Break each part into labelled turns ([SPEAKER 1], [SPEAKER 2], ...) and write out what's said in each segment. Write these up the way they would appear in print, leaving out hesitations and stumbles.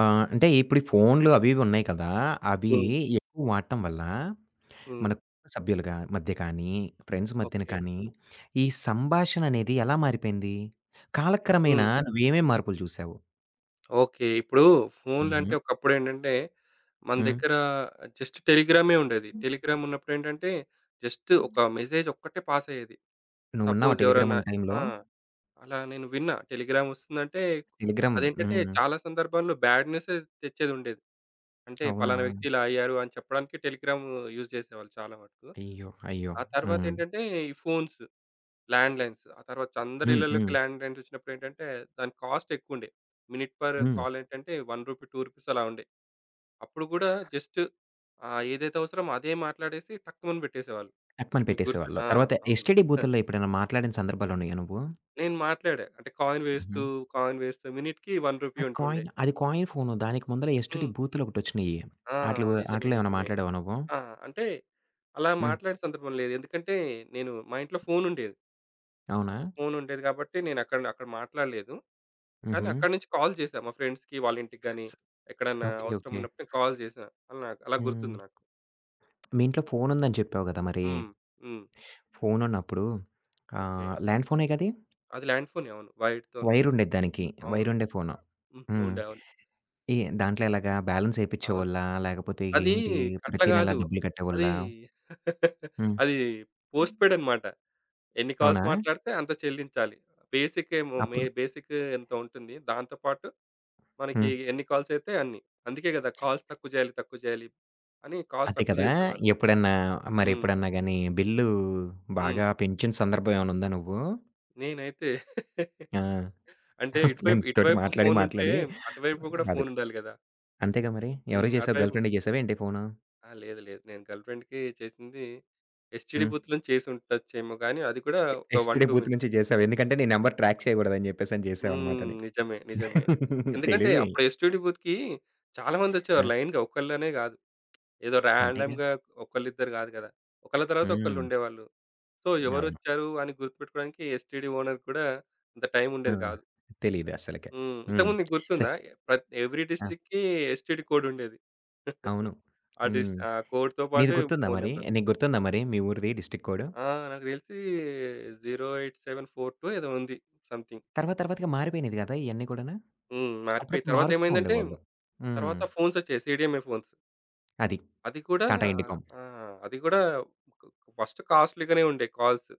[SPEAKER 1] ఆ! అంటే ఇప్పుడు ఈ ఫోన్‌లు అవి ఇవి ఉన్నాయి కదా! అవి
[SPEAKER 2] హ్మ్.
[SPEAKER 1] ఎక్కువ వాడటం వల్ల
[SPEAKER 2] హ్మ్.
[SPEAKER 1] మన కుటుంబ సభ్యులుగా మధ్య కానీ, ఫ్రెండ్స్ మధ్యన
[SPEAKER 2] ఓకే.
[SPEAKER 1] కానీ, ఈ సంభాషణ అనేది ఎలా మారిపోయింది? కాలక్రమేణా
[SPEAKER 2] హ్మ్.
[SPEAKER 1] నువ్వేమేం మార్పులు చూసావు?
[SPEAKER 2] ఓకే. ఇప్పుడు ఫోన్‌లంటే
[SPEAKER 1] హుహు.
[SPEAKER 2] ఒకప్పుడేంటంటే, మన
[SPEAKER 1] హ్మ్.
[SPEAKER 2] దగ్గర జస్ట్ టెలిగ్రామే ఉండేది. టెలిగ్రామ్ ఉన్నప్పుడేంటంటే, జస్ట్ ఒక మెసేజ్ ఒక్కటే పాస్ అయ్యేది.
[SPEAKER 1] నువ్వున్నావా
[SPEAKER 2] సపోజ్
[SPEAKER 1] టెలిగ్రామ్
[SPEAKER 2] ఎవరన్నా
[SPEAKER 1] ఉన్న టైంలో?
[SPEAKER 2] ఆ! అలా నేను విన్నా. టెలిగ్రామ్ వస్తుందంటే,
[SPEAKER 1] టెలిగ్రామ్
[SPEAKER 2] అదేంటంటే
[SPEAKER 1] హ్మ్.
[SPEAKER 2] చాలా సందర్భాల్లో బ్యాడ్ న్యూసే తెచ్చేదుండేది. అంటే
[SPEAKER 1] అవునా?
[SPEAKER 2] పలానా వ్యక్తి ఇలా అయ్యారు అని చెప్పడానికి టెలిగ్రామ్ యూజ్ చేసేవాళ్ళు చాలా మటుకు.
[SPEAKER 1] అయ్యో! అయ్యో!
[SPEAKER 2] ఆ
[SPEAKER 1] హ్మ్.
[SPEAKER 2] తర్వాతేంటంటే, ఈ ఫోన్స్ ల్యాండ్ లైన్స్. ఆ తర్వాత అందరి
[SPEAKER 1] హ్మ్. హ్మ్.
[SPEAKER 2] ఇళ్ళలోకి ల్యాండ్ లైన్స్ వచ్చినప్పుడేంటంటే, దాని కాస్ట్ ఎక్కువుండే. మినిట్ పర్
[SPEAKER 1] హ్మ్.
[SPEAKER 2] కాల్ ఏంటంటే, రూ. 1, రూ. 2 అలా ఉండే. అప్పుడు గూడా జస్ట్ ఏదైతే అవసరమో అదే మాట్లాడేసి టక్కుమని పెట్టేసేవాళ్ళు.
[SPEAKER 1] టక్కుమని
[SPEAKER 2] మీకు
[SPEAKER 1] పెట్టేసేవాళ్ళు.
[SPEAKER 2] గుర్తున్నా?
[SPEAKER 1] తర్వాత
[SPEAKER 2] ఆ! అవును.
[SPEAKER 1] ఎస్టీడీ
[SPEAKER 2] హ,
[SPEAKER 1] బూతుల్లో ఎప్పుడైనా మాట్లాడిన సందర్భాలున్నాయా నువ్వు?
[SPEAKER 2] నేను మాట్లాడా. అంటే కాయిన్
[SPEAKER 1] హుహు.
[SPEAKER 2] వేస్తూ, కాయిన్ వేస్తూ మినిట్‌కి రూ. 1
[SPEAKER 1] అది
[SPEAKER 2] ఉంటుండే.
[SPEAKER 1] కాయిన్ అది కాయిన్ ఫోను. దానికి ముందల ఎస్టీడీ
[SPEAKER 2] హ్మ్.
[SPEAKER 1] బూతులొకటొచ్చినియి.
[SPEAKER 2] ఆ!
[SPEAKER 1] ఆటిల గు
[SPEAKER 2] నిజమే.
[SPEAKER 1] ఆటిల్లో ఏమన్నా
[SPEAKER 2] నిజమే.
[SPEAKER 1] మాట్లాడావా నువ్వు?
[SPEAKER 2] ఆ! అంటే అలా
[SPEAKER 1] హ్మ్.
[SPEAKER 2] మాట్లాడిన సందర్భం లేదు. ఎందుకంటే, నేను మా ఇంట్లో ఫోనుండేది.
[SPEAKER 1] అవునా?
[SPEAKER 2] ఫోనుండేది కాబట్టి నేనక్కడ అక్కడ అక్కడ మాట్లాడలేదు. కానీ
[SPEAKER 1] హుహు.
[SPEAKER 2] అక్కడి నుంచి కాల్ చేశా మా ఫ్రెండ్స్‌కి, వాళ్ళ ఇంటికి గాని,
[SPEAKER 1] స్
[SPEAKER 2] ఎక్కడన్నా
[SPEAKER 1] ఓకే.
[SPEAKER 2] అవసరం
[SPEAKER 1] ఓకే.
[SPEAKER 2] ఉన్నప్పుడు నేను కాల్ చేశా. అలా నాకు అలా
[SPEAKER 1] హ్మ్.
[SPEAKER 2] గుర్తుంది నాకు.
[SPEAKER 1] మీ ఇంట్లో ఫోనుందని చెప్పావు గదా! మరి.
[SPEAKER 2] హ్మ్. హ్మ్.
[SPEAKER 1] ఫోనున్నప్పుడు
[SPEAKER 2] ఓకే.
[SPEAKER 1] ఆహ్, ల్యాండ్ ఫోనే గది?
[SPEAKER 2] అది ల్యాండ్ ఫోనే అవును. వైర్‌తోని ఉంటది.
[SPEAKER 1] వైరుండేది దానికి.
[SPEAKER 2] అవును.
[SPEAKER 1] వైరుండే ఫోను.
[SPEAKER 2] హ్మ్.
[SPEAKER 1] హ్మ్.
[SPEAKER 2] ఉండే అవును.
[SPEAKER 1] ఈ దాంట్లో ఎలాగా బ్యాలెన్స్
[SPEAKER 2] అవును.
[SPEAKER 1] ఏపిచ్చేవోళ్ళా? లేకపోతే
[SPEAKER 2] అది
[SPEAKER 1] ఏంటి?
[SPEAKER 2] అట్లా
[SPEAKER 1] ప్రతి నెల
[SPEAKER 2] కాదు.
[SPEAKER 1] డబ్బులు
[SPEAKER 2] అది
[SPEAKER 1] కట్టేవోళ్ళా? హ్మ్.
[SPEAKER 2] అది పోస్ట్‌పెయిడ్ అన్నమాట. ఎన్ని కాల్స్
[SPEAKER 1] అవునా?
[SPEAKER 2] మాట్లాడితే అంత చెల్లించాలి. బేసిక్ ఏమో
[SPEAKER 1] అప్పుడు
[SPEAKER 2] బేసిక్ ఎంతో ఉంటుంది. దాంతో పాటు మనకి
[SPEAKER 1] హ్మ్.
[SPEAKER 2] ఎన్ని కాల్స్ అయితే అన్ని. అందుకే కదా! కాల్స్ తక్కువ చేయాలి, తక్కువ చేయాలి అని కాల్స్
[SPEAKER 1] అదే
[SPEAKER 2] తక్కువ
[SPEAKER 1] కదా!
[SPEAKER 2] చేసేవాళ్ళు.
[SPEAKER 1] ఎప్పుడన్నా మరి
[SPEAKER 2] హ్మ్.
[SPEAKER 1] ఎప్పుడన్నా గాని బిల్లు
[SPEAKER 2] హ్మ్.
[SPEAKER 1] బాగా పెంచిన సందర్భం ఏమైనా ఉందా నువ్వు?
[SPEAKER 2] నేనైతే
[SPEAKER 1] ఆ!
[SPEAKER 2] అంటే ఇటువైపు
[SPEAKER 1] ఫ్రెండ్స్‌తోటి
[SPEAKER 2] ఇటువైపు
[SPEAKER 1] మాట్లాడి,
[SPEAKER 2] ఫోనుంటే,
[SPEAKER 1] మాట్లాడి
[SPEAKER 2] అటువైపు గూడా
[SPEAKER 1] కాదు.
[SPEAKER 2] ఫోనుండాలి గదా!
[SPEAKER 1] అంతేగా మరి.
[SPEAKER 2] హ్మ్.
[SPEAKER 1] ఎవరికి చేసావు?
[SPEAKER 2] అటువైపు
[SPEAKER 1] గర్ల్ ఫ్రెండ్‌కి చేసావా ఏంటి ఫోను?
[SPEAKER 2] ఆ! లేదు. లేదు. నేను గర్ల్ ఫ్రెండ్‌కి చేసింది ఎస్‌టీడీ
[SPEAKER 1] హ్మ్.
[SPEAKER 2] బూత్ నుంచి చేసుండొచ్చేమో గానీ, అది కూడా ఒక 1,
[SPEAKER 1] నెక్స్ట్ డే
[SPEAKER 2] 2
[SPEAKER 1] బూత్
[SPEAKER 2] మినిట్స్.
[SPEAKER 1] నుంచి చేసావు. ఎందుకంటే నీ నంబర్ ట్రాక్ చేయకూడదని చెప్పేసని చేసావన్నమాట
[SPEAKER 2] హ్మ్.
[SPEAKER 1] అది.
[SPEAKER 2] నిజమే. నిజమే. ఎందుకంటే,
[SPEAKER 1] తెలివి.
[SPEAKER 2] అప్పుడు ఎస్‌టీడీ బూత్‌కి చాలా
[SPEAKER 1] ఆ!
[SPEAKER 2] మందొచ్చేవారు లైన్‌గా. ఒకళ్ళనే గాదు. ఏదో
[SPEAKER 1] అంతేగా.
[SPEAKER 2] ర్యాండమ్‌గా ఒకళ్ళిద్దరు గాదు గదా! ఒకళ్ళ తర్వాత
[SPEAKER 1] హ్మ్.
[SPEAKER 2] ఒకళ్ళుండేవాళ్ళు. సో,
[SPEAKER 1] అవును.
[SPEAKER 2] ఎవరొచ్చారు అని గుర్తుపెట్టుకోడానికి ఎస్‌టీడీ ఓనర్‌కి కూడా అంత
[SPEAKER 1] ఆ!
[SPEAKER 2] టైముండేది కాదు.
[SPEAKER 1] తెలీదు అస్సలకే.
[SPEAKER 2] హ్మ్.
[SPEAKER 1] హ్మ్.
[SPEAKER 2] ఇంతకుముందు నీకు గుర్తుందా?
[SPEAKER 1] సరే
[SPEAKER 2] ఎవ్రీ
[SPEAKER 1] ఆ!
[SPEAKER 2] డిస్ట్రిక్ట్‌కి ఎస్టీడీ కోడ్ ఉండేది.
[SPEAKER 1] అవును. హ్మ్.
[SPEAKER 2] ఆ కోడ్‌తో
[SPEAKER 1] నీది
[SPEAKER 2] పాటు
[SPEAKER 1] గుర్తుందా
[SPEAKER 2] ఫోను
[SPEAKER 1] మరి?
[SPEAKER 2] నంబర్.
[SPEAKER 1] నీకు గుర్తుందా మరి మీ ఊరిది డిస్ట్రిక్ట్ కోడ్?
[SPEAKER 2] ఆ! నాకు తెలిసి 08742 ఏదో ఉంది సంథింగ్.
[SPEAKER 1] తర్వాత తర్వాతగా మారిపోయినది గదా! ఇయన్నీ గూడాను.
[SPEAKER 2] హ్మ్. మారిపోయి
[SPEAKER 1] అప్పుడప్పుడు
[SPEAKER 2] తర్వాత
[SPEAKER 1] మారుస్తూ
[SPEAKER 2] ఏమైందంటే,
[SPEAKER 1] ఉండేవాళ్ళు. హ్మ్.
[SPEAKER 2] తర్వాత ఫోన్స్ వచ్చాయి. CDMA phones.
[SPEAKER 1] అది.
[SPEAKER 2] అది కూడా
[SPEAKER 1] టాటా ఇండికామ్.
[SPEAKER 2] ఆ! అది కూడా ఫస్ట్ కాస్ట్‌లీ‌గానే ఉండే కాల్స్.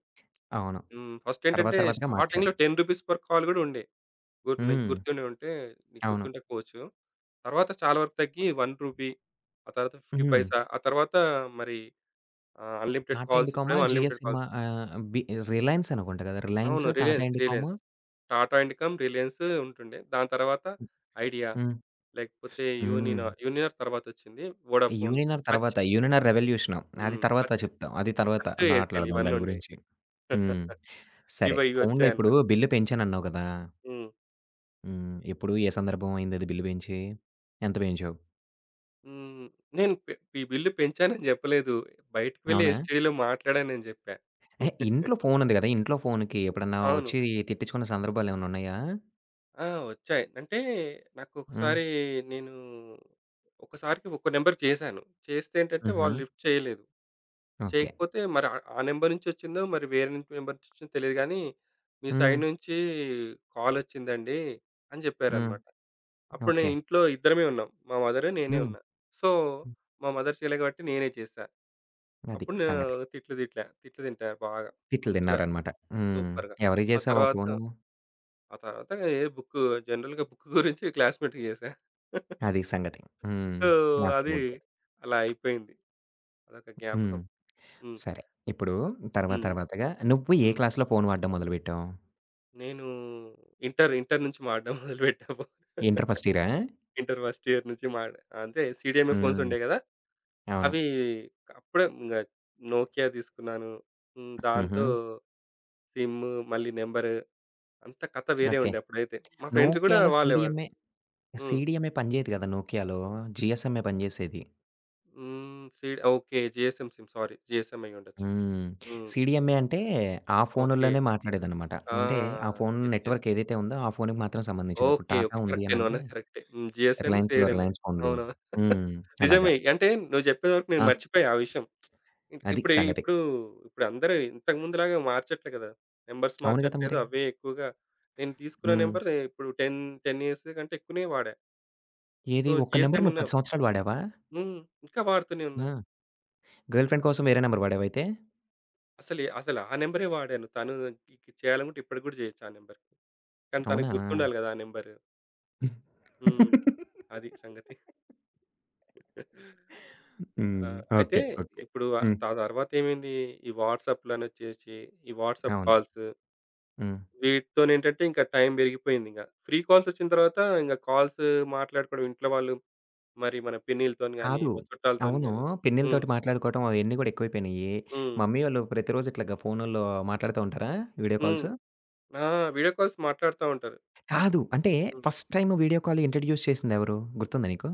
[SPEAKER 1] అవును.
[SPEAKER 2] హ్మ్. ఫస్ట్
[SPEAKER 1] తర్వాత
[SPEAKER 2] ఏంటంటే
[SPEAKER 1] తర్వాతగా మార్చారు.
[SPEAKER 2] స్టార్టింగ్‌లో రూ. 10 పర్ కాల్ కూడా ఉండే. నీకు
[SPEAKER 1] హ్మ్.
[SPEAKER 2] గుర్తుండి ఉంటే నీకు
[SPEAKER 1] అవును.
[SPEAKER 2] గుర్తుండకపోవచ్చు. తర్వాత చాలా వరకు తగ్గి రూ. 1 ఆ తర్వాత 50
[SPEAKER 1] హ్మ్.
[SPEAKER 2] పైసా ఆ తర్వాత మరి అన్‌లిమిటెడ్
[SPEAKER 1] టాటా
[SPEAKER 2] కాల్స్
[SPEAKER 1] ఇండికామా,
[SPEAKER 2] ఇప్పుడేమో
[SPEAKER 1] జీఎస్
[SPEAKER 2] అన్‌లిమిటెడ్
[SPEAKER 1] సినిమా
[SPEAKER 2] కాల్స్.
[SPEAKER 1] ఆహ్, బి రిలయన్స్ అనుకుంటా గదా! రిలయన్స్,
[SPEAKER 2] అవును.
[SPEAKER 1] టాటా
[SPEAKER 2] రిలయన్స్,
[SPEAKER 1] ఇండికాము
[SPEAKER 2] రిలయన్స్. టాటా ఇండికామ్, రిలయన్స్ ఉంటుండే. దాని తర్వాత ఐడియా
[SPEAKER 1] హ్మ్.
[SPEAKER 2] లేకపోతే
[SPEAKER 1] హ్మ్.
[SPEAKER 2] యూనినార్, యూనినార్ తర్వాతొచ్చింది. Vodafone,
[SPEAKER 1] Uninor
[SPEAKER 2] Hutch.
[SPEAKER 1] తర్వాత. Uninor revolution. అది
[SPEAKER 2] హ్మ్.
[SPEAKER 1] తర్వాత
[SPEAKER 2] హచ్,
[SPEAKER 1] చెప్తాం. అది తర్వాత
[SPEAKER 2] హచ్, ఎయిర్‌టెల్
[SPEAKER 1] మాట్లాడదాం
[SPEAKER 2] ఇవన్నీ
[SPEAKER 1] దాని
[SPEAKER 2] ఉండేవి.
[SPEAKER 1] గురించి. హ్మ్. సరే.
[SPEAKER 2] ఇవి
[SPEAKER 1] ఫోన్‌లో ఇప్పుడు
[SPEAKER 2] ఇవొచ్చాయన్నమాట.
[SPEAKER 1] బిల్లు పెంచానన్నావు గదా!
[SPEAKER 2] హ్మ్.
[SPEAKER 1] హ్మ్. ఎప్పుడు? ఏ సందర్భం అయిందది బిల్లు పెంచి? ఎంత పెంచావు?
[SPEAKER 2] హ్మ్. నేను పె ఈ బిల్లు పెంచానని జెప్పలేదు. బయటికి వెళ్లి
[SPEAKER 1] అవునా?
[SPEAKER 2] ఎస్‌టిడిలో మాట్లాడానని జెప్పా.
[SPEAKER 1] ఎహె! ఇంట్లో ఫోన్ ఉంది గదా! ఇంట్లో ఫోన్‌కి ఎప్పుడన్నా
[SPEAKER 2] అవును.
[SPEAKER 1] వచ్చి తిట్టించుకున్న సందర్భాలేమన్నా ఉన్నాయా?
[SPEAKER 2] ఆ! వచ్చాయి. అంటే
[SPEAKER 1] హ్మ్.
[SPEAKER 2] నాకొకసారి నేను ఒకసారికి ఒక నంబర్‌కి చేశాను. చేస్తే ఏంటంటే
[SPEAKER 1] హుహు.
[SPEAKER 2] వాళ్ళు లిఫ్ట్ చేయలేదు.
[SPEAKER 1] ఓకే.
[SPEAKER 2] చేయకపోతే మరి ఆ ఆ నంబర్ నుంచి వచ్చిందో మరి వేరే నంబర్ నుంచి వచ్చిందో తెలీదు గానీ, మీ
[SPEAKER 1] హ్మ్.
[SPEAKER 2] సైడ్ నుంచి కాలొచ్చిందండి అని
[SPEAKER 1] హ్మ్.
[SPEAKER 2] జెప్పారనమాట. అప్పుడు నేను
[SPEAKER 1] ఓకే.
[SPEAKER 2] ఇంట్లో ఇద్దరమే ఉన్నాం. మా మదర్, నేనే
[SPEAKER 1] హ్మ్.
[SPEAKER 2] ఉన్నా. సో,
[SPEAKER 1] హ్మ్.
[SPEAKER 2] మా మదర్ చేయలే గాబట్టి నేనే చేశా.
[SPEAKER 1] అది
[SPEAKER 2] అప్పుడు నేను
[SPEAKER 1] సంగతి.
[SPEAKER 2] తిట్లు తిట్లా. తిట్లు తింటా బాగా.
[SPEAKER 1] తిట్లు
[SPEAKER 2] మంచిగా
[SPEAKER 1] తిన్నారనమాట. హ్మ్.
[SPEAKER 2] సూపర్‌గా.
[SPEAKER 1] ఎవరికి
[SPEAKER 2] ఆ
[SPEAKER 1] చేసావు ఆ
[SPEAKER 2] తర్వాత,
[SPEAKER 1] ఫోను?
[SPEAKER 2] ఆ తర్వాత ఏ బుక్కు జనరల్‌గా బుక్ గురించి క్లాస్‌మేట్‌కి చేశా.
[SPEAKER 1] అది సంగతి. హ్మ్.
[SPEAKER 2] So,
[SPEAKER 1] okay.
[SPEAKER 2] అది
[SPEAKER 1] ఓకే.
[SPEAKER 2] అలా అయిపోయింది. అదొక
[SPEAKER 1] హ్మ్.
[SPEAKER 2] జ్ఞాపకం. హ్మ్.
[SPEAKER 1] సరే. ఇప్పుడు తర్వాత
[SPEAKER 2] హ్మ్.
[SPEAKER 1] తర్వాతగా నువ్వు ఏ
[SPEAKER 2] హ్మ్.
[SPEAKER 1] క్లాస్‌లో ఫోన్ వాడడం మొదలుపెట్టావు?
[SPEAKER 2] నేను ఇంటర్ నుంచి వాడడం మొదలుపెట్టాము.
[SPEAKER 1] ఇంటర్ ఫస్ట్ ఇయరా?
[SPEAKER 2] ఇంటర్ ఫస్ట్ ఇయర్ నుంచి అంటే సీడీఎంఏ ఫోన్స్
[SPEAKER 1] హ్మ్.
[SPEAKER 2] ఉండేయి కదా!
[SPEAKER 1] అవును.
[SPEAKER 2] అవి అప్పుడే నోకియా తీసుకున్నాను. హ్మ్.
[SPEAKER 1] హుహు.
[SPEAKER 2] దాంతో సిమ్ మళ్ళీ నంబరు అంత కథ వేరే
[SPEAKER 1] ఓకే.
[SPEAKER 2] ఉండే అప్పుడైతే. మా ఫ్రెండ్స్ గూడా
[SPEAKER 1] నోకియాలో
[SPEAKER 2] వాళ్ళేవాళ్ళు.
[SPEAKER 1] సీడీఎంఏ,
[SPEAKER 2] హ్మ్.
[SPEAKER 1] సీడీఎంఏ పనిచేయదు గదా! నోకియాలో. జీఎస్ఎంఏ పనిచేసేది.
[SPEAKER 2] హ్మ్. Okay. GSM SIM sorry. GSM అయ్యుండొచ్చు.
[SPEAKER 1] హ్మ్.
[SPEAKER 2] హ్మ్.
[SPEAKER 1] సీడీఎంఏ అంటే ఆ
[SPEAKER 2] ఓకే.
[SPEAKER 1] ఫోనుల్లోనే మాట్లాడేదనమాట.
[SPEAKER 2] ఆ!
[SPEAKER 1] అంటే ఆ ఫోను
[SPEAKER 2] యెస్. యెస్.
[SPEAKER 1] నెట్‌వర్క్ ఏదైతే ఉందో ఆ ఫోనుకి మాత్రం సంబంధించింది. ఇప్పుడు
[SPEAKER 2] ఓకే.
[SPEAKER 1] టాటా
[SPEAKER 2] ఓకే.
[SPEAKER 1] ఉంది
[SPEAKER 2] కరెక్టే
[SPEAKER 1] అనంటే
[SPEAKER 2] నువ్వన్నది కరెక్టే. హ్మ్. GSM,
[SPEAKER 1] రిలయన్స్‌లో
[SPEAKER 2] CDMA.
[SPEAKER 1] రిలయన్స్ ఫోన్‌లు.
[SPEAKER 2] అవును.
[SPEAKER 1] హ్మ్. అలాగా.
[SPEAKER 2] నిజమే. అంటే నువ్వు చెప్పే వరకు నేను
[SPEAKER 1] ఆ!
[SPEAKER 2] మర్చిపోయా ఆ విషయం. ఇప్
[SPEAKER 1] అది
[SPEAKER 2] ఇప్పుడు
[SPEAKER 1] సంగతి.
[SPEAKER 2] ఇప్పుడు ఇప్పుడు అందరూ ఇంతకు ముందులాగా మార్చట్లే కదా! నంబర్స్
[SPEAKER 1] అవును గదా!
[SPEAKER 2] మార్చట్లేదు.
[SPEAKER 1] మరి.
[SPEAKER 2] అవే ఎక్కువగా నేను తీసుకున్న
[SPEAKER 1] హ్మ్.
[SPEAKER 2] నంబర్ ఇప్పుడు 10, 10 ఇయర్స్ కంటే ఎక్కువనే వాడా. సో,
[SPEAKER 1] ఏది ఒక్క నంబర్
[SPEAKER 2] జీఎస్ఎం
[SPEAKER 1] నువ్వు
[SPEAKER 2] అన్న
[SPEAKER 1] 10 సంవత్సరాలు వాడావా?
[SPEAKER 2] హ్మ్. ఇంకా వాడుతూనే ఉన్నా.
[SPEAKER 1] ఆ! గర్ల్ ఫ్రెండ్ కోసం వేరే నంబర్ వాడావా అయితే?
[SPEAKER 2] అసలు ఆ నెంబరే వాడాను. తను ఇక చేయాలనుకుంటే ఇప్పటికి గూడా చేయొచ్చు ఆ నెంబర్‌కి. కానీ తనకు
[SPEAKER 1] అవునా?
[SPEAKER 2] గుర్తుండాలి గదా! ఆ నెంబరు. హ్మ్. అది సంగతి.
[SPEAKER 1] హ్మ్.
[SPEAKER 2] ఆ! అయితే
[SPEAKER 1] ఓకే. ఓకే.
[SPEAKER 2] ఇప్పుడు
[SPEAKER 1] హ్మ్.
[SPEAKER 2] తర్వాత ఏమైంది? ఈ వాట్సాప్‌లనొచ్చేసి, ఈ వాట్సాప్
[SPEAKER 1] అవును.
[SPEAKER 2] కాల్స్
[SPEAKER 1] హ్మ్.
[SPEAKER 2] వీటితోనేంటంటే ఇంకా టైం పెరిగిపోయిందింక. ఫ్రీ కాల్స్ వచ్చిన తర్వాత ఇంక కాల్స్ మాట్లాడుకోవడం ఇంట్లో వాళ్ళు మరి మన పిన్నిలతోని గాని,
[SPEAKER 1] కాదు.
[SPEAKER 2] మా చుట్టాలతోని
[SPEAKER 1] అవును.
[SPEAKER 2] గాని హ్మ్.
[SPEAKER 1] పిన్నిలతోటి మాట్లాడుకోవటం అవన్నీ గూడా ఎక్కువైపోయినియి.
[SPEAKER 2] హ్మ్.
[SPEAKER 1] మమ్మీ వాళ్ళు ప్రతిరోజు ఇట్లాగా ఫోనుల్లో మాట్లాడుతా ఉంటారా? వీడియో
[SPEAKER 2] హ్మ్.
[SPEAKER 1] కాల్సు?
[SPEAKER 2] ఆ! వీడియో కాల్స్ మాట్లాడుతా ఉంటారు.
[SPEAKER 1] కాదు. అంటే
[SPEAKER 2] హ్మ్.
[SPEAKER 1] First time video call introduce చేసిందెవరు? గుర్తుందా నీకు?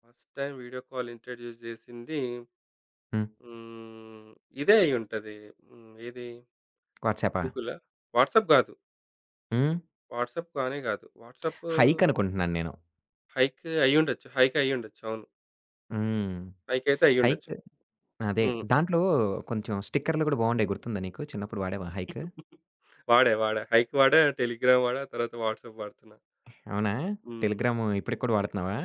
[SPEAKER 2] First time video call introduce చేసింది
[SPEAKER 1] హ్మ్.
[SPEAKER 2] హ్మ్. ఇదే అయ్యుంటది. హ్మ్. ఏది
[SPEAKER 1] వాట్సాపా?
[SPEAKER 2] గూగులా? వాట్సాప్ గాదు.
[SPEAKER 1] హ్మ్.
[SPEAKER 2] వాట్సాప్ కానే కాదు. వాట్సాప్
[SPEAKER 1] హైక్ అనుకుంటున్నాను నేను.
[SPEAKER 2] హైక్ అయ్యుండొచ్చు. హైక్ అయ్యుండొచ్చు. అవును.
[SPEAKER 1] హ్మ్.
[SPEAKER 2] హైక్ అయితే
[SPEAKER 1] హైక్
[SPEAKER 2] అయ్యుండొచ్చు.
[SPEAKER 1] అదే.
[SPEAKER 2] హ్మ్. వాడా, వాడా.
[SPEAKER 1] దాంట్లో కొంచెం స్టిక్కర్‌లు గూడా బావుండేయి. గుర్తుందా నీకు? చిన్నప్పుడు వాడావా హైక్?
[SPEAKER 2] హైక్ వాడా, టెలిగ్రామ్ వాడా, తర్వాత వాట్సాప్ వాడుతున్నా.
[SPEAKER 1] అవునా?
[SPEAKER 2] హ్మ్.
[SPEAKER 1] టెలిగ్రాము ఇప్పటికి కూడా వాడుతున్నావా?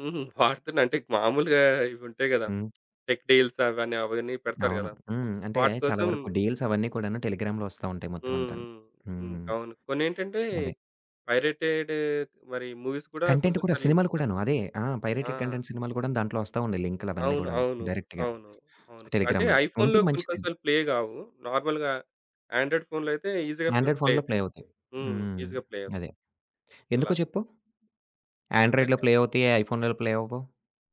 [SPEAKER 2] హుహు. వాడుతున్నా అంటే మామూలుగా ఇవి ఉంటాయి గదా!
[SPEAKER 1] హ్మ్.
[SPEAKER 2] టెక్ డీల్స్ అవన్నీ, అవన్నీ పెడతారు
[SPEAKER 1] అవును.
[SPEAKER 2] గదా!
[SPEAKER 1] హ్మ్. అంటే
[SPEAKER 2] వాటి
[SPEAKER 1] చాలా
[SPEAKER 2] కోసం
[SPEAKER 1] వరకు డీల్స్ అవన్నీ కూడాను టెలిగ్రామ్‌లో వస్తా ఉంటాయి మొత్తం
[SPEAKER 2] హ్మ్.
[SPEAKER 1] అంతాను.
[SPEAKER 2] హ్మ్. హ్మ్.
[SPEAKER 1] హ్మ్.
[SPEAKER 2] అవును. కొన్నేంటంటే
[SPEAKER 1] అదే.
[SPEAKER 2] పైరేటెడ్ మరి మూవీస్ కూడా కొన్ని
[SPEAKER 1] కంటెంట్
[SPEAKER 2] కొన్ని
[SPEAKER 1] కూడా
[SPEAKER 2] సార్లు లింక్
[SPEAKER 1] సినిమాలు
[SPEAKER 2] ఇస్తారు.
[SPEAKER 1] కూడాను. అదే. ఆ!
[SPEAKER 2] ఆ!
[SPEAKER 1] పైరేటెడ్ కంటెంట్ సినిమాలు గూడాను దాంట్లో వస్తా ఉన్నాయి లింకులవన్నీ
[SPEAKER 2] అవును.
[SPEAKER 1] గూడాను.
[SPEAKER 2] అవును.
[SPEAKER 1] డైరెక్ట్‌గా
[SPEAKER 2] అవును. అవును. అంటే
[SPEAKER 1] టెలిగ్రామ్‌లో.
[SPEAKER 2] ఐఫోన్‌లో
[SPEAKER 1] ఉంటే
[SPEAKER 2] కొన్ని కొన్ని
[SPEAKER 1] మంచిదండి.
[SPEAKER 2] సార్లు ప్లే గావు. నార్మల్‌గా ఆండ్రాయిడ్ ఫోన్‌లో అయితే ఈజీగా ప్లే
[SPEAKER 1] ఆండ్రాయిడ్
[SPEAKER 2] ప్లే
[SPEAKER 1] ఫోన్‌లో ప్లే
[SPEAKER 2] అయితాయి.
[SPEAKER 1] అవుతాయి.
[SPEAKER 2] హ్మ్.
[SPEAKER 1] హ్మ్.
[SPEAKER 2] ఈజీగా ప్లే
[SPEAKER 1] అదే.
[SPEAKER 2] అవుతాయి.
[SPEAKER 1] ఎందుకో
[SPEAKER 2] అలా.
[SPEAKER 1] చెప్పు? ఆండ్రాయిడ్‌లో
[SPEAKER 2] ఏంటంటే
[SPEAKER 1] ప్లే అవుతాయి. ఐఫోన్‌లో ప్లే అవ్వవు.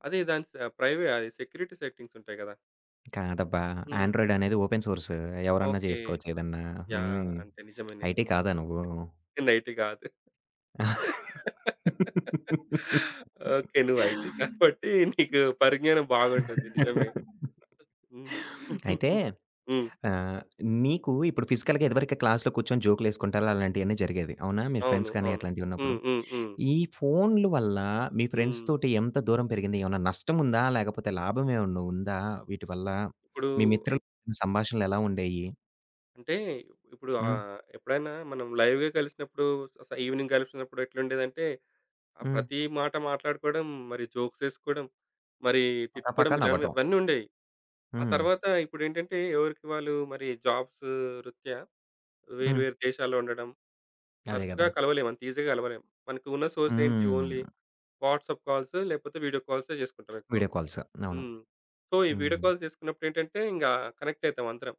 [SPEAKER 2] అదే దాని స ప్రైవే అది సెక్యూరిటీ సెట్టింగ్స్ ఉంటాయి గదా!
[SPEAKER 1] కాదబ్బా!
[SPEAKER 2] హ్మ్.
[SPEAKER 1] ఆండ్రాయిడ్ అనేది ఓపెన్ సోర్స్. ఎవరన్నా
[SPEAKER 2] ఓకే.
[SPEAKER 1] జేసుకోవచ్చు ఏదన్నా.
[SPEAKER 2] యాహ్!
[SPEAKER 1] హ్మ్.
[SPEAKER 2] అంటే నిజమే.
[SPEAKER 1] ఐటీ
[SPEAKER 2] నిజమే.
[SPEAKER 1] కాదా నువ్వు?
[SPEAKER 2] నైట్ గాదు. ఓకే. నువ్వు ఐటీ కాబట్టి నీకు పరిజ్ఞానం బాగుంటుంది. నిజమే. హ్మ్. హ్మ్.
[SPEAKER 1] అయితే ఆ! మీకు ఇప్పుడు ఫిజికల్‌గా ఇదివరకే క్లాస్‌లో కూర్చొని జోకులేసుకుంటారు. అలాంటియన్నీ జరిగేది. అవునా? మీరు
[SPEAKER 2] అవును.
[SPEAKER 1] ఫ్రెండ్స్ కానీ
[SPEAKER 2] అవును.
[SPEAKER 1] అట్లాంటివున్నప్పుడు.
[SPEAKER 2] హ్మ్. హ్మ్. హ్మ్.
[SPEAKER 1] ఈ ఫోన్‌లు వల్ల మీ ఫ్రెండ్స్
[SPEAKER 2] హ్మ్.
[SPEAKER 1] తోటి ఎంత దూరం పెరిగింది? ఏమన్నా నష్టముందా? లేకపోతే లాభం ఏమన్నా ఉందా? వీటి వల్ల
[SPEAKER 2] ఇప్పుడు
[SPEAKER 1] మీ మిత్రుల సంభాషణలెలా ఉండేయి?
[SPEAKER 2] అంటే ఇప్పుడు
[SPEAKER 1] హ్మ్.
[SPEAKER 2] ఎప్పుడైనా మనం లైవ్‌గా కలిసినప్పుడు ఈవినింగ్ కలిసినప్పుడు ఎట్లుండేదంటే, ఆ
[SPEAKER 1] హ్మ్.
[SPEAKER 2] ప్రతి మాట మాట్లాడుకోవడం, మరి జోక్స్ ఏసుకోవడం, మరి తిట్టుకోవడం
[SPEAKER 1] పకాపకా
[SPEAKER 2] ఇలావి
[SPEAKER 1] నవ్వటం.
[SPEAKER 2] అవన్నీ ఉండేవి. ఆ
[SPEAKER 1] హ్మ్.
[SPEAKER 2] తర్వాత ఇప్పుడేంటంటే ఎవరికి వాళ్ళు మరి జాబ్స్ రీత్యా వేరు
[SPEAKER 1] హ్మ్.
[SPEAKER 2] వేరు దేశాల్లో ఉండడం,
[SPEAKER 1] అదే
[SPEAKER 2] తరచుగా
[SPEAKER 1] గదా!
[SPEAKER 2] కలవలేము. అంత ఈజీగా కలవలేం. మనకు ఉన్న సోర్స్ ఏంటి
[SPEAKER 1] హ్మ్.
[SPEAKER 2] ఓన్లీ వాట్సాప్ కాల్స్ లేకపోతే వీడియో కాల్సే చేసుకుంటాం ఎక్కువ.
[SPEAKER 1] Video calls. అవును.
[SPEAKER 2] హ్మ్. సో, ఈ వీడియో
[SPEAKER 1] హ్మ్.
[SPEAKER 2] కాల్స్ చేసుకున్నప్పుడు ఏంటంటే ఇంగా కనెక్ట్ అవుతాం అందరం.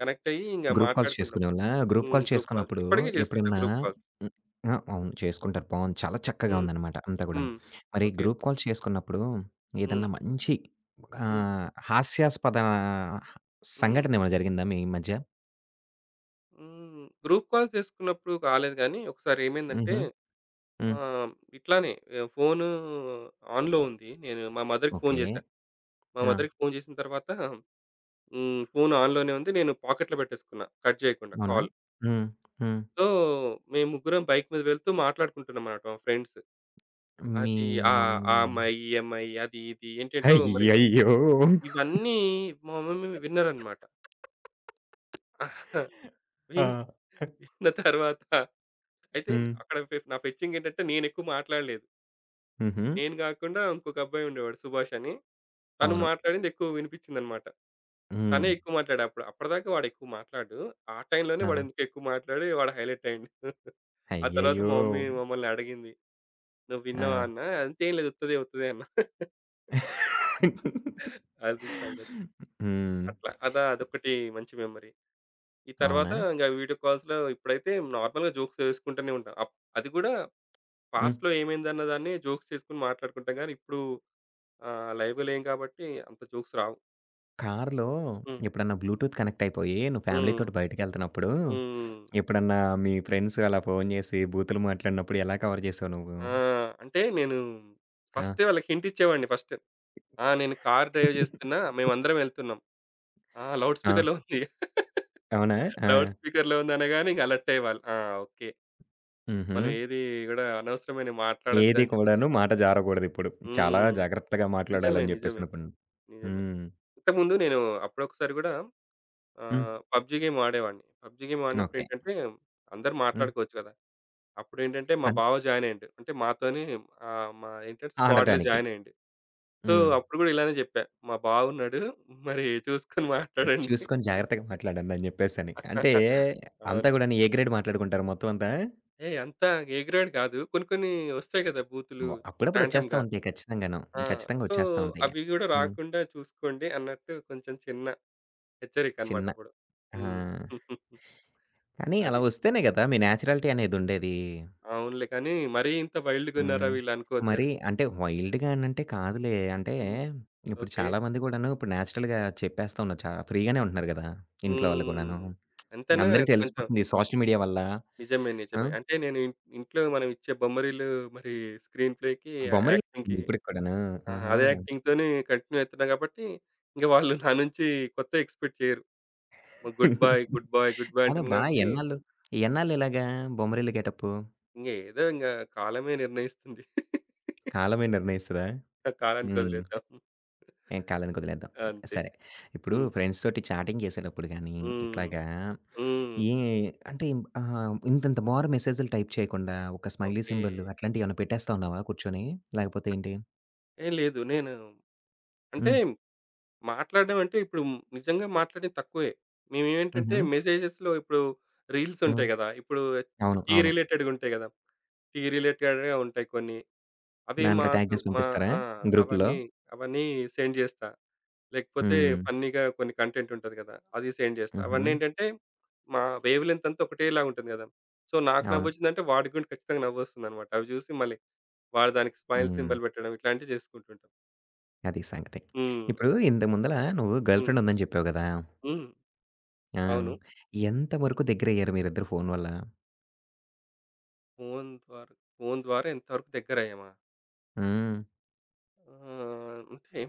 [SPEAKER 2] కనెక్ట్ అయ్యి ఇంగ
[SPEAKER 1] గ్రూప్ కాల్స్
[SPEAKER 2] మాట్లాడుకుంటాం.
[SPEAKER 1] చేసుకునేవాళ్ళా? గ్రూప్
[SPEAKER 2] హ్మ్.
[SPEAKER 1] Calls
[SPEAKER 2] group calls.
[SPEAKER 1] చేసుకున్నప్పుడు
[SPEAKER 2] ఇప్పటికి చేస్తుంటా
[SPEAKER 1] ఎప్పుడన్నా
[SPEAKER 2] గ్రూప్ కాల్స్.
[SPEAKER 1] హ్మ్. ఆ! అవును. చేసుకుంటారు. బావుంది. చాలా చక్కగా
[SPEAKER 2] హ్మ్.
[SPEAKER 1] ఉందనమాట అంతా గూడాను.
[SPEAKER 2] హ్మ్.
[SPEAKER 1] మరి
[SPEAKER 2] ఓకే.
[SPEAKER 1] గ్రూప్ కాల్స్ చేసుకున్నప్పుడు
[SPEAKER 2] హ్మ్.
[SPEAKER 1] ఏదన్నా మంచి
[SPEAKER 2] హ్మ్.
[SPEAKER 1] ఆహ్, హాస్యాస్పద
[SPEAKER 2] హ్మ్.
[SPEAKER 1] సంఘటన ఏమైనా జరిగిందా మీ మధ్య?
[SPEAKER 2] హ్మ్. గ్రూప్ కాల్స్ చేసుకున్నప్పుడు కాలేదు గానీ, ఒకసారి ఏమైందంటే
[SPEAKER 1] హుహు. హ్మ్.
[SPEAKER 2] ఆహ్, ఇట్లానే ఫోను ఆన్‌లో ఉంది. నేను మా మదర్‌కి ఫోను
[SPEAKER 1] ఓకే.
[SPEAKER 2] చేశా. మా
[SPEAKER 1] ఆ!
[SPEAKER 2] మదర్‌కి ఫోను చేసిన తర్వాత హ్మ్. ఫోను ఆన్‌లోనే ఉంది. నేను పాకెట్‌లో పెట్టేసుకున్నా. కట్ చేయకుండా
[SPEAKER 1] అవునా?
[SPEAKER 2] కాల్.
[SPEAKER 1] హ్మ్. హ్మ్.
[SPEAKER 2] సో, మేము ముగ్గురం బైక్ మీద వెళ్తూ మాట్లాడుకుంటున్నామన్నమాట మా ఫ్రెండ్స్.
[SPEAKER 1] మీ
[SPEAKER 2] అది ఆ
[SPEAKER 1] మమ్మీ
[SPEAKER 2] అమ్మాయి, ఈ అమ్మాయి అది ఇది ఏంటేంటో మరి
[SPEAKER 1] అయ్యయ్యో!
[SPEAKER 2] ఇవన్నీ మా మమ్మీ విన్నారనమాట. విని
[SPEAKER 1] ఆ!
[SPEAKER 2] విన్న తర్వాత అయితే
[SPEAKER 1] హ్మ్.
[SPEAKER 2] అక్కడ నా ఫెచ్చింగ్ ఏంటంటే నేనెక్కువ మాట్లాడలేదు.
[SPEAKER 1] హుహు.
[SPEAKER 2] నేను గాకుండా ఇంకొక అబ్బాయి ఉండేవాడు సుభాష్ అని. తను
[SPEAKER 1] అవును.
[SPEAKER 2] మాట్లాడింది ఎక్కువ వినిపిచ్చిందనమాట. తనే
[SPEAKER 1] హ్మ్.
[SPEAKER 2] ఎక్కువ మాట్లాడా అప్పుడు. అప్పటిదాకా వాడెక్కువ మాట్లాడు. ఆ టైంలోనే
[SPEAKER 1] ఆ!
[SPEAKER 2] వాడెందుకో ఎక్కువ మాట్లాడి వాడు హైలైట్ అయ్యిండు. ఆ తర్వాత
[SPEAKER 1] అయ్యయ్యో!
[SPEAKER 2] మా మమ్మీ మమ్మల్ని అడిగింది. "నువ్వు
[SPEAKER 1] ఆ!
[SPEAKER 2] విన్నావా" అన్నా. "అంతేం లేదు ఉత్తదే ఉత్తదే" అన్నా. అది సంగతి.
[SPEAKER 1] హ్మ్.
[SPEAKER 2] అట్లా అదా అదొకటి మంచి మెమరీ. ఈ తర్వాత
[SPEAKER 1] అవునా?
[SPEAKER 2] ఇంక వీడియో కాల్స్‌లో ఇప్పుడైతే నార్మల్‌గా జోక్స్ వేసుకుంటూనే ఉంటాం. అది కూడా
[SPEAKER 1] హ్మ్.
[SPEAKER 2] పాస్ట్‌లో ఏమైందన్న దాన్ని జోక్స్ చేసుకొని మాట్లాడుకుంటాం గానీ, ఇప్పుడు లైవ్‌గా లేం కాబట్టి అంత జోక్స్ రావు.
[SPEAKER 1] కార్‌లో
[SPEAKER 2] హ్మ్.
[SPEAKER 1] ఎప్పుడన్నా బ్లూటూత్ కనెక్ట్ అయిపోయి నువ్వు
[SPEAKER 2] హ్మ్.
[SPEAKER 1] ఫ్యామిలీతోటి బయటికెళ్తున్నప్పుడు,
[SPEAKER 2] హ్మ్.
[SPEAKER 1] ఎప్పుడన్నా మీ ఫ్రెండ్స్ అలా ఫోను చేసి బూతులు మాట్లాడినప్పుడు ఎలా కవర్ చేసావు నువ్వు?
[SPEAKER 2] ఆ! అంటే నేను
[SPEAKER 1] ఆ!
[SPEAKER 2] ఫస్టే వాళ్ళకి హింట్ ఇచ్చేవాడిని ఫస్ట్. ఆ! నేను కార్ డ్రైవ్ చేస్తున్నా. మేమందరం వెళ్తున్నాం. ఆ! లౌడ్
[SPEAKER 1] ఆ!
[SPEAKER 2] స్పీకర్‌లో ఉంది.
[SPEAKER 1] అవునా? ఆ!
[SPEAKER 2] లౌడ్ స్పీకర్‌లో ఉంది అనగానే ఇంక అలర్ట్ అయ్యేవాళ్ళు. ఆ! ఓకే.
[SPEAKER 1] హుహు.
[SPEAKER 2] మనం ఏది కూడా అనవసరమైన
[SPEAKER 1] ఏది
[SPEAKER 2] మాట్లాడొద్దని చెప్పేసి.
[SPEAKER 1] కూడాను మాట జారకూడదిప్పుడు. చాలా
[SPEAKER 2] హ్మ్.
[SPEAKER 1] జాగ్రత్తగా
[SPEAKER 2] నిజమే.
[SPEAKER 1] మాట్లాడాలని
[SPEAKER 2] నిజమే.
[SPEAKER 1] చెప్పేసనుకున్నా.
[SPEAKER 2] నిజమే.
[SPEAKER 1] హ్మ్.
[SPEAKER 2] ఇంతకుముందు నేను అప్పుడొకసారి గూడా
[SPEAKER 1] హ్మ్.
[SPEAKER 2] పబ్‌జీ గేమ్ ఆడేవాడిని. PUBG game
[SPEAKER 1] okay.
[SPEAKER 2] ఆడినప్పుడేంటంటే, అందరూ
[SPEAKER 1] హ్మ్.
[SPEAKER 2] మాట్లాడుకోవచ్చు కదా! అప్పుడేంటంటే, మా
[SPEAKER 1] అంత్
[SPEAKER 2] బావ జాయిన్ అయ్యిండు. అంటే మాతోని మా ఏంటంటే స్క్వాడ్‌లో
[SPEAKER 1] ఆడటానికి.
[SPEAKER 2] జాయిన్ అయ్యిండు. సో,
[SPEAKER 1] హ్మ్.
[SPEAKER 2] అప్పుడు గూడా ఇలానే జెప్పా. మా బావున్నాడు మరి చూసుకొని మాట్లాడండి.
[SPEAKER 1] చూసుకొని జాగ్రత్తగా మాట్లాడండి అని జెప్పేసని. అంటే అంతా
[SPEAKER 2] అవును.
[SPEAKER 1] గూడాను ఏ గ్రేడ్ మాట్లాడుకుంటారు మొత్తం అంతా?
[SPEAKER 2] ఏయ్! అంతా ఏ గ్రేడ్ కాదు. కొన్ని కొన్ని వస్తాయి కదా! బూతులు
[SPEAKER 1] వ అప్పుడప్పుడు ఒచ్చేస్తా
[SPEAKER 2] ర్యాండమ్‌గా.
[SPEAKER 1] ఉంటాయి ఖచ్చితంగాను.
[SPEAKER 2] ఆ!
[SPEAKER 1] ఖచ్చితంగా
[SPEAKER 2] సో,
[SPEAKER 1] ఒచ్చేస్తా ఉంటాయి.
[SPEAKER 2] అవి గూడా
[SPEAKER 1] హ్మ్.
[SPEAKER 2] రాకుండా చూసుకోండి అన్నట్టు కొంచెం చిన్న హెచ్చరిక అన్నమాట
[SPEAKER 1] చిన్న
[SPEAKER 2] అప్పుడు.
[SPEAKER 1] ఆ!
[SPEAKER 2] హ్మ్.
[SPEAKER 1] కానీ అలా
[SPEAKER 2] అది.
[SPEAKER 1] ఒస్తేనే గదా! మీ నేచురాలిటీ అనేదుండేది.
[SPEAKER 2] అవునులే. కానీ మరీ ఇంత వైల్డ్‌గున్నారా
[SPEAKER 1] హ్మ్.
[SPEAKER 2] వీళ్ళు అనుకోవద్దు గదా!
[SPEAKER 1] మరి అంటే వైల్డ్‌గా అనంటే కాదులే. అంటే
[SPEAKER 2] హ్మ్.
[SPEAKER 1] ఇప్పుడు
[SPEAKER 2] ఓకే.
[SPEAKER 1] చాలా మంది గూడాను ఇప్పుడు నేచురల్‌గా చెప్పేస్తా ఉన్నారు. చా ఫ్రీగానే ఉంటున్నారు గదా! ఇంట్లో వాళ్ళు గూడాను.
[SPEAKER 2] హ్మ్. ఎంతైనా
[SPEAKER 1] అందరికి
[SPEAKER 2] కొంచెం
[SPEAKER 1] తెలిసిపోతుంది సోషల్ మీడియా వల్ల.
[SPEAKER 2] నిజమే.
[SPEAKER 1] ఆ!
[SPEAKER 2] నిజమే. అంటే నేను ఇంట్లో మనం ఇచ్చే బొమ్మరీలు మరి స్క్రీన్ ప్లేకి,
[SPEAKER 1] బొమ్మరిల్లుతుంది
[SPEAKER 2] యాక్టింగ్‌కి
[SPEAKER 1] ఇప్పటికి కూడాను.
[SPEAKER 2] ఆ!
[SPEAKER 1] ఆహా!
[SPEAKER 2] అదే యాక్టింగ్‌తోనే కంటిన్యూ అవుతున్నా కాబట్టి, ఇంక వాళ్ళు నా నుంచి కొత్తవి ఎక్స్‌పెక్ట్ చేయరు. మా good boy, good boy, good boy అంటున్నాను
[SPEAKER 1] కాదబ్బా!
[SPEAKER 2] కాబట్టి,
[SPEAKER 1] ఎన్నాళ్ళు ఎన్నాళ్ళు ఇలాగా బొమ్మరిల్లు గెటప్పు?
[SPEAKER 2] ఇంగ ఏదో ఇంగ కాలమే నిర్ణయిస్తుంది.
[SPEAKER 1] కాలమే నిర్ణయిస్తదా?
[SPEAKER 2] ఆ కాలానికి
[SPEAKER 1] హ్మ్.
[SPEAKER 2] వదిలేద్దాం.
[SPEAKER 1] ఏం కాలానికి వదిలేద్దాం.
[SPEAKER 2] అంతే.
[SPEAKER 1] సరే. ఇప్పుడు
[SPEAKER 2] హ్మ్.
[SPEAKER 1] ఫ్రెండ్స్ తోటి చాటింగ్ చేసేటప్పుడు గానీ,
[SPEAKER 2] హ్మ్.
[SPEAKER 1] ఇట్లాగా
[SPEAKER 2] హ్మ్.
[SPEAKER 1] ఏ అంటే ఆహ్, ఇంతింత బారు మెసేజ్‌లు టైప్ చేయకుండా, ఒక స్మైలీ
[SPEAKER 2] ఓకే.
[SPEAKER 1] సింబల్ అట్లాంటియేమన్నా పెట్టేస్తా ఉన్నావా కూర్చొని? లేకపోతే ఏంటి?
[SPEAKER 2] ఏ లేదు. నేను అంటే
[SPEAKER 1] హ్మ్.
[SPEAKER 2] మాట్లాడడం అంటే ఇప్పుడు నిజంగా మాట్లాడేది తక్కువే. మేమేంటంటే
[SPEAKER 1] హుహు.
[SPEAKER 2] మెసేజెస్‌లో ఇప్పుడు రీల్స్
[SPEAKER 1] హ్మ్.
[SPEAKER 2] ఉంటాయి గదా! ఇప్పుడు
[SPEAKER 1] అవును.
[SPEAKER 2] టీ
[SPEAKER 1] అవును.
[SPEAKER 2] రిలేటెడ్‌గా ఉంటాయి గదా! టీ రిలేటెడ్‌గా ఉంటాయి కొన్ని. అవి
[SPEAKER 1] దాంట్లో ట్యాగ్
[SPEAKER 2] మాకు
[SPEAKER 1] చేసి
[SPEAKER 2] మా
[SPEAKER 1] పంపిస్తారా
[SPEAKER 2] ఆ!
[SPEAKER 1] గ్రూప్‌లో?
[SPEAKER 2] అవన్నీ అవన్నీ సెండ్ జేస్తా. లేకపోతే
[SPEAKER 1] హ్మ్.
[SPEAKER 2] ఫన్నీగా కొన్ని కంటెంట్ ఉంటది గదా! అది సెండ్ జేస్తా.
[SPEAKER 1] హుహు.
[SPEAKER 2] అవన్నేంటంటే మా వేవ్ లెంత్ అంతా ఒకటేలాగా ఉంటుంది గదా! సో, నాకు
[SPEAKER 1] అవును.
[SPEAKER 2] నవ్వొచ్చిందంటే వాడికి గూడా ఖచ్చితంగా నవ్వొస్తుందన్నమాట. అవి జూసి మళ్ళీ వాడు దానికి స్మైల్
[SPEAKER 1] హ్మ్.
[SPEAKER 2] సింబల్ పెట్టడం ఇట్లాంటివి జేసుకుంటుంటాం.
[SPEAKER 1] అది సంగతి.
[SPEAKER 2] హ్మ్.
[SPEAKER 1] ఇప్పుడు ఇంతకు ముందల నువ్వు గర్ల్
[SPEAKER 2] హ్మ్.
[SPEAKER 1] ఫ్రెండ్ ఉందని చెప్పావు గదా!
[SPEAKER 2] హ్మ్.
[SPEAKER 1] ఆ!
[SPEAKER 2] అవును.
[SPEAKER 1] ఎంత వరకు దగ్గరయ్యారు మీరిద్దరు ఫోను వల్ల?
[SPEAKER 2] ఫోను ద్వారా ఫోను ద్వారా ఎంతవరకు దగ్గరయ్యామా?
[SPEAKER 1] హ్మ్.
[SPEAKER 2] అంటే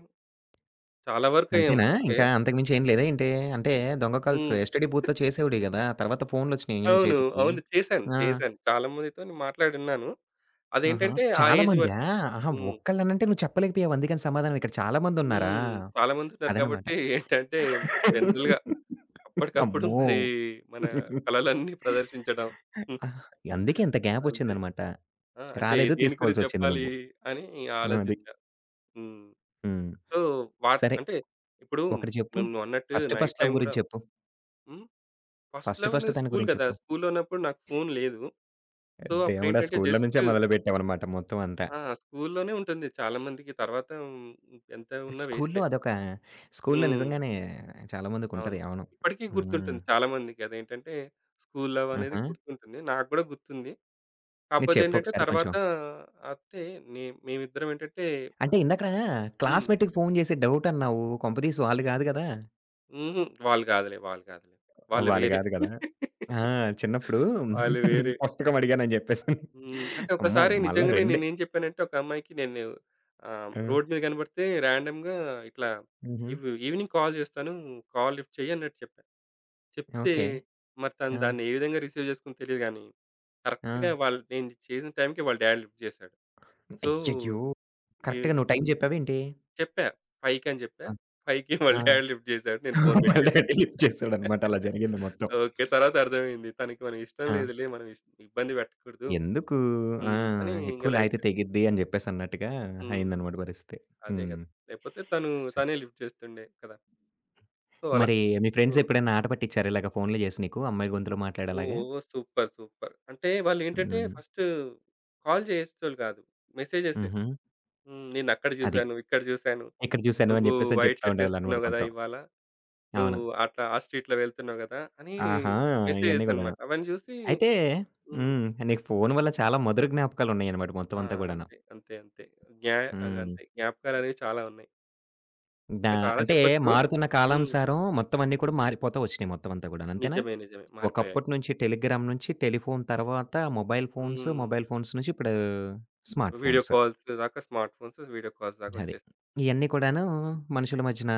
[SPEAKER 2] చాలా వరకయ్యాం.
[SPEAKER 1] అంతేనా?
[SPEAKER 2] అంటే
[SPEAKER 1] ఇంకా అంతకుమించి ఏం లేదా ఏంటి? అంటే దొంగ కాల్స్
[SPEAKER 2] హ్మ్.
[SPEAKER 1] యస్టర్‌డే బూత్‌లో చేసేవాడివి గదా! తర్వాత ఫోన్‌లొచ్చినియి నీ
[SPEAKER 2] అవును.
[SPEAKER 1] చేతికి.
[SPEAKER 2] అవును. చేశాను.
[SPEAKER 1] ఆ!
[SPEAKER 2] చేశాను. చాలా మందితోని మాట్లాడున్నాను.
[SPEAKER 1] ఆహా!
[SPEAKER 2] అదేంటంటే ఆ
[SPEAKER 1] చాలా
[SPEAKER 2] ఏజ్
[SPEAKER 1] మందా?
[SPEAKER 2] వరకే.
[SPEAKER 1] ఆహా!
[SPEAKER 2] హ్మ్.
[SPEAKER 1] ఒక్కళ్ళనంటే నువ్వు చెప్పలేకపోయావు అందుకని సమాధానం. ఇక్కడ చాలా మందున్నారా?
[SPEAKER 2] హ్మ్. చాలా మందున్నారు
[SPEAKER 1] అదనమాట.
[SPEAKER 2] కాబట్టి ఏంటంటే జనరల్‌గా అప్పటికప్పుడు
[SPEAKER 1] అమ్మో!
[SPEAKER 2] మరి మన కళలన్నీ ప్రదర్శించడం.
[SPEAKER 1] ఆహ్, అందుకే ఇంత
[SPEAKER 2] అంతే.
[SPEAKER 1] గ్యాపొచ్చిందనమాట.
[SPEAKER 2] ఆ! అంటే
[SPEAKER 1] రాలేదు
[SPEAKER 2] దేని గురించి
[SPEAKER 1] తీసుకోవాల్సొచ్చింది
[SPEAKER 2] చెప్పాలి
[SPEAKER 1] నువ్వు.
[SPEAKER 2] అని
[SPEAKER 1] ఆ! అది.
[SPEAKER 2] ఆలోచించా. హ్మ్.
[SPEAKER 1] హ్మ్.
[SPEAKER 2] సో, వాట్
[SPEAKER 1] సరే.
[SPEAKER 2] అంటే ఇప్పుడు
[SPEAKER 1] ఒకటి చెప్పు.
[SPEAKER 2] మేము నువ్వన్నట్టు
[SPEAKER 1] first
[SPEAKER 2] night
[SPEAKER 1] first love
[SPEAKER 2] time గూడా
[SPEAKER 1] గురించి చెప్పు.
[SPEAKER 2] హ్మ్. ఫస్ట్
[SPEAKER 1] ఫస్ట్
[SPEAKER 2] లెవెన్
[SPEAKER 1] ఫస్ట్ తన
[SPEAKER 2] స్కూల్
[SPEAKER 1] గురించి
[SPEAKER 2] కదా!
[SPEAKER 1] చెప్పు.
[SPEAKER 2] స్కూల్‌లో ఉన్నప్పుడు నాకు ఫోను లేదు. సో,
[SPEAKER 1] దేవుడా!
[SPEAKER 2] అప్పుడేంటంటే
[SPEAKER 1] స్కూల్లో నుంచే
[SPEAKER 2] జస్ట్
[SPEAKER 1] మొదలుపెట్టామనమాట మొత్తం అంతా.
[SPEAKER 2] ఆ! స్కూల్‌లోనే ఉంటుంది. చాలా మందికి తర్వాత హ్మ్, ఎంత ఉన్నా
[SPEAKER 1] స్కూల్లో
[SPEAKER 2] వేస్టే.
[SPEAKER 1] అదొక స్కూల్లో
[SPEAKER 2] హ్మ్.
[SPEAKER 1] నిజంగానే
[SPEAKER 2] అవును.
[SPEAKER 1] చాలామందికుంటది. అవును.
[SPEAKER 2] ఇప్పటికి
[SPEAKER 1] హ్మ్.
[SPEAKER 2] గుర్తుంటుంది చాలా మందికి. అదేంటంటే స్కూల్ లవ్ అనేది
[SPEAKER 1] ఆహా!
[SPEAKER 2] గుర్తుంటుంది. నాకు గూడా గుర్తుంది.
[SPEAKER 1] నువ్వు
[SPEAKER 2] కాకపోతే ఏంటంటే
[SPEAKER 1] చెప్పొకసారి కొంచెం.
[SPEAKER 2] తర్వాత అంటే నే మేమిద్దరం ఏంటంటే
[SPEAKER 1] అంటే ఇందాకడ
[SPEAKER 2] హ్మ్.
[SPEAKER 1] క్లాస్‌మేట్‌కి ఫోను చేసి డౌట్ అన్నావు. కొంపదీసి వాళ్ళు గాదు గదా!
[SPEAKER 2] హుహు. వాళ్ళు గాదులే. వాళ్ళు గాదులే. వాళ్ళు
[SPEAKER 1] వాళ్ళు
[SPEAKER 2] వేరే.
[SPEAKER 1] గాదు గదా! ఆ! చిన్నప్పుడు
[SPEAKER 2] వాళ్ళు వేరే.
[SPEAKER 1] పుస్తకం అడిగానని జెప్పేసని.
[SPEAKER 2] హ్మ్. అంటే
[SPEAKER 1] అమ్మో!
[SPEAKER 2] ఒకసారి
[SPEAKER 1] మళ్ళా
[SPEAKER 2] నిజంగానే
[SPEAKER 1] రెండే.
[SPEAKER 2] నేనేం చెప్పానంటే ఒక అమ్మాయికి నేను
[SPEAKER 1] ఆ!
[SPEAKER 2] రోడ్ మీద కనపడితే రాండమ్‌గా ఇట్లా
[SPEAKER 1] హుహు.
[SPEAKER 2] ఈవినింగ్ కాల్ చేస్తాను. కాల్ లిఫ్ట్ చెయ్యి అన్నట్టు చెప్పా. చెప్తే
[SPEAKER 1] ఓకే.
[SPEAKER 2] మరి తను
[SPEAKER 1] ఆ!
[SPEAKER 2] దాన్ని ఏ విధంగా రిసీవ్ చేసుకుందో తెలీదు గానీ,
[SPEAKER 1] ఆ!
[SPEAKER 2] కరెక్ట్‌గా వాళ్ళు నేను చేసిన టైంకి వాళ్ళ డాడ్ లిఫ్ట్ చేశాడు. సో,
[SPEAKER 1] అయ్యయ్యో!
[SPEAKER 2] ఈ
[SPEAKER 1] కరెక్ట్‌గా నువ్వు టైం జెప్పావేంటి?
[SPEAKER 2] చెప్పా 5 అని చెప్పా.
[SPEAKER 1] ఆ!
[SPEAKER 2] 5కి వాళ్ళ
[SPEAKER 1] ఆ!
[SPEAKER 2] డాడ్ లిఫ్ట్ చేశాడు. నేను ఫోన్
[SPEAKER 1] మా
[SPEAKER 2] పెట్టేసా.
[SPEAKER 1] డాడీ లిఫ్ట్ చేసాడనమాట. అలా జరిగింది మొత్తం.
[SPEAKER 2] ఓకే. తర్వాత అర్థమైంది. తనకి మనం ఇష్టం
[SPEAKER 1] ఆ!
[SPEAKER 2] లేదులే. మనం ఇబ్బంది పెట్టకూడదు.
[SPEAKER 1] ఎందుకు ఆ!
[SPEAKER 2] హ్మ్. అని ఇంక
[SPEAKER 1] ఎక్కువ లాగితే
[SPEAKER 2] లైట్
[SPEAKER 1] తెగిద్ది అని జెప్పేసన్నట్టుగా
[SPEAKER 2] హ్మ్.
[SPEAKER 1] అయిందనమాట పరిస్థితి.
[SPEAKER 2] అదే
[SPEAKER 1] హ్మ్.
[SPEAKER 2] కదా! లేకపోతే తను
[SPEAKER 1] స
[SPEAKER 2] తనే లిఫ్ట్ చేస్తుండే కదా! సో, అలా.
[SPEAKER 1] మరి మీ ఫ్రెండ్స్
[SPEAKER 2] హ్మ్.
[SPEAKER 1] ఎప్పుడైనా ఆట పట్టిచ్చారా? ఇలాగ ఫోన్‌లు చేసి నీకు అమ్మాయి గొంతులో మాట్లాడేలాగా?
[SPEAKER 2] ఓహ్! సూపర్. సూపర్. అంటే వాళ్ళేంటంటే
[SPEAKER 1] హ్మ్.
[SPEAKER 2] ఫస్ట్ కాల్ చేసేటోళ్ళు కాదు. మెసేజెసే.
[SPEAKER 1] హుహు.
[SPEAKER 2] హ్మ్. నిన్నక్కడ
[SPEAKER 1] అది.
[SPEAKER 2] చూసాను, ఇక్కడ చూసాను.
[SPEAKER 1] ఇక్కడ చూసాను అని
[SPEAKER 2] నువ్వు
[SPEAKER 1] జెప్పేసని
[SPEAKER 2] వైట్
[SPEAKER 1] చెప్తా
[SPEAKER 2] షర్ట్
[SPEAKER 1] ఉండేవాళ్ళనమాట
[SPEAKER 2] ఏసుకున్నావు కదా!
[SPEAKER 1] మొత్తం.
[SPEAKER 2] ఇవాళ.
[SPEAKER 1] అవును.
[SPEAKER 2] నువ్వు అట్లా ఆ స్ట్రీట్‌లో వెళ్తున్నావు కదా! అని
[SPEAKER 1] ఆహా! ఇయన్నీ
[SPEAKER 2] మెసేజెస్
[SPEAKER 1] గూడాను.
[SPEAKER 2] అన్నమాట. అవన్నీ చూసి
[SPEAKER 1] అయితే
[SPEAKER 2] హ్మ్.
[SPEAKER 1] హ్మ్. నీకు ఫోను వల్ల చాలా మధుర జ్ఞాపకాలున్నాయనమాట మొత్తం
[SPEAKER 2] ఆ!
[SPEAKER 1] అంతా గూడాను.
[SPEAKER 2] అంతే. అంతే. అంతే. జ్ఞా
[SPEAKER 1] హ్మ్.
[SPEAKER 2] అంతే. జ్ఞాపకాలనేవి చాలా ఉన్నాయి.
[SPEAKER 1] దా
[SPEAKER 2] ఇంకా చాలా
[SPEAKER 1] అంటే
[SPEAKER 2] చెప్పొచ్చు.
[SPEAKER 1] మారుతున్న
[SPEAKER 2] హ్మ్.
[SPEAKER 1] కాలానుసారం మొత్తం అన్నీ కూడా మారిపోతా వచ్చినాయి మొత్తం అంతా గూడాను. అంతేనా?
[SPEAKER 2] నిజమే. నిజమే. మారిపోయాయి.
[SPEAKER 1] ఒకప్పటి నుంచి టెలిగ్రామ్ నుంచి టెలిఫోన్ తర్వాత మొబైల్ ఫోన్స్,
[SPEAKER 2] హ్మ్.
[SPEAKER 1] మొబైల్ ఫోన్స్ నుంచి ఇప్పుడు స్మార్ట్
[SPEAKER 2] వీడియో
[SPEAKER 1] ఫోన్స్.
[SPEAKER 2] కాల్స్ దాకా స్మార్ట్ ఫోన్స్ వీడియో కాల్స్ దాకా
[SPEAKER 1] అది.
[SPEAKER 2] వచ్చేసాయి.
[SPEAKER 1] ఇయన్నీ కూడాను మనుషుల మధ్యన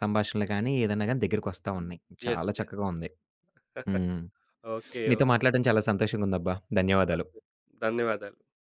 [SPEAKER 1] సంభాషణలు గాని, ఏదన్నా గాని దగ్గరికొస్తా ఉన్నాయి.
[SPEAKER 2] యెస్.
[SPEAKER 1] చాలా
[SPEAKER 2] యెస్.
[SPEAKER 1] చక్కగా ఉంది. హ్మ్.
[SPEAKER 2] ఓకే.
[SPEAKER 1] నీతో
[SPEAKER 2] ఓకే.
[SPEAKER 1] మాట్లాడడం చాలా సంతోషంగుందబ్బా! ధన్యవాదాలు.
[SPEAKER 2] ధన్యవాదాలు.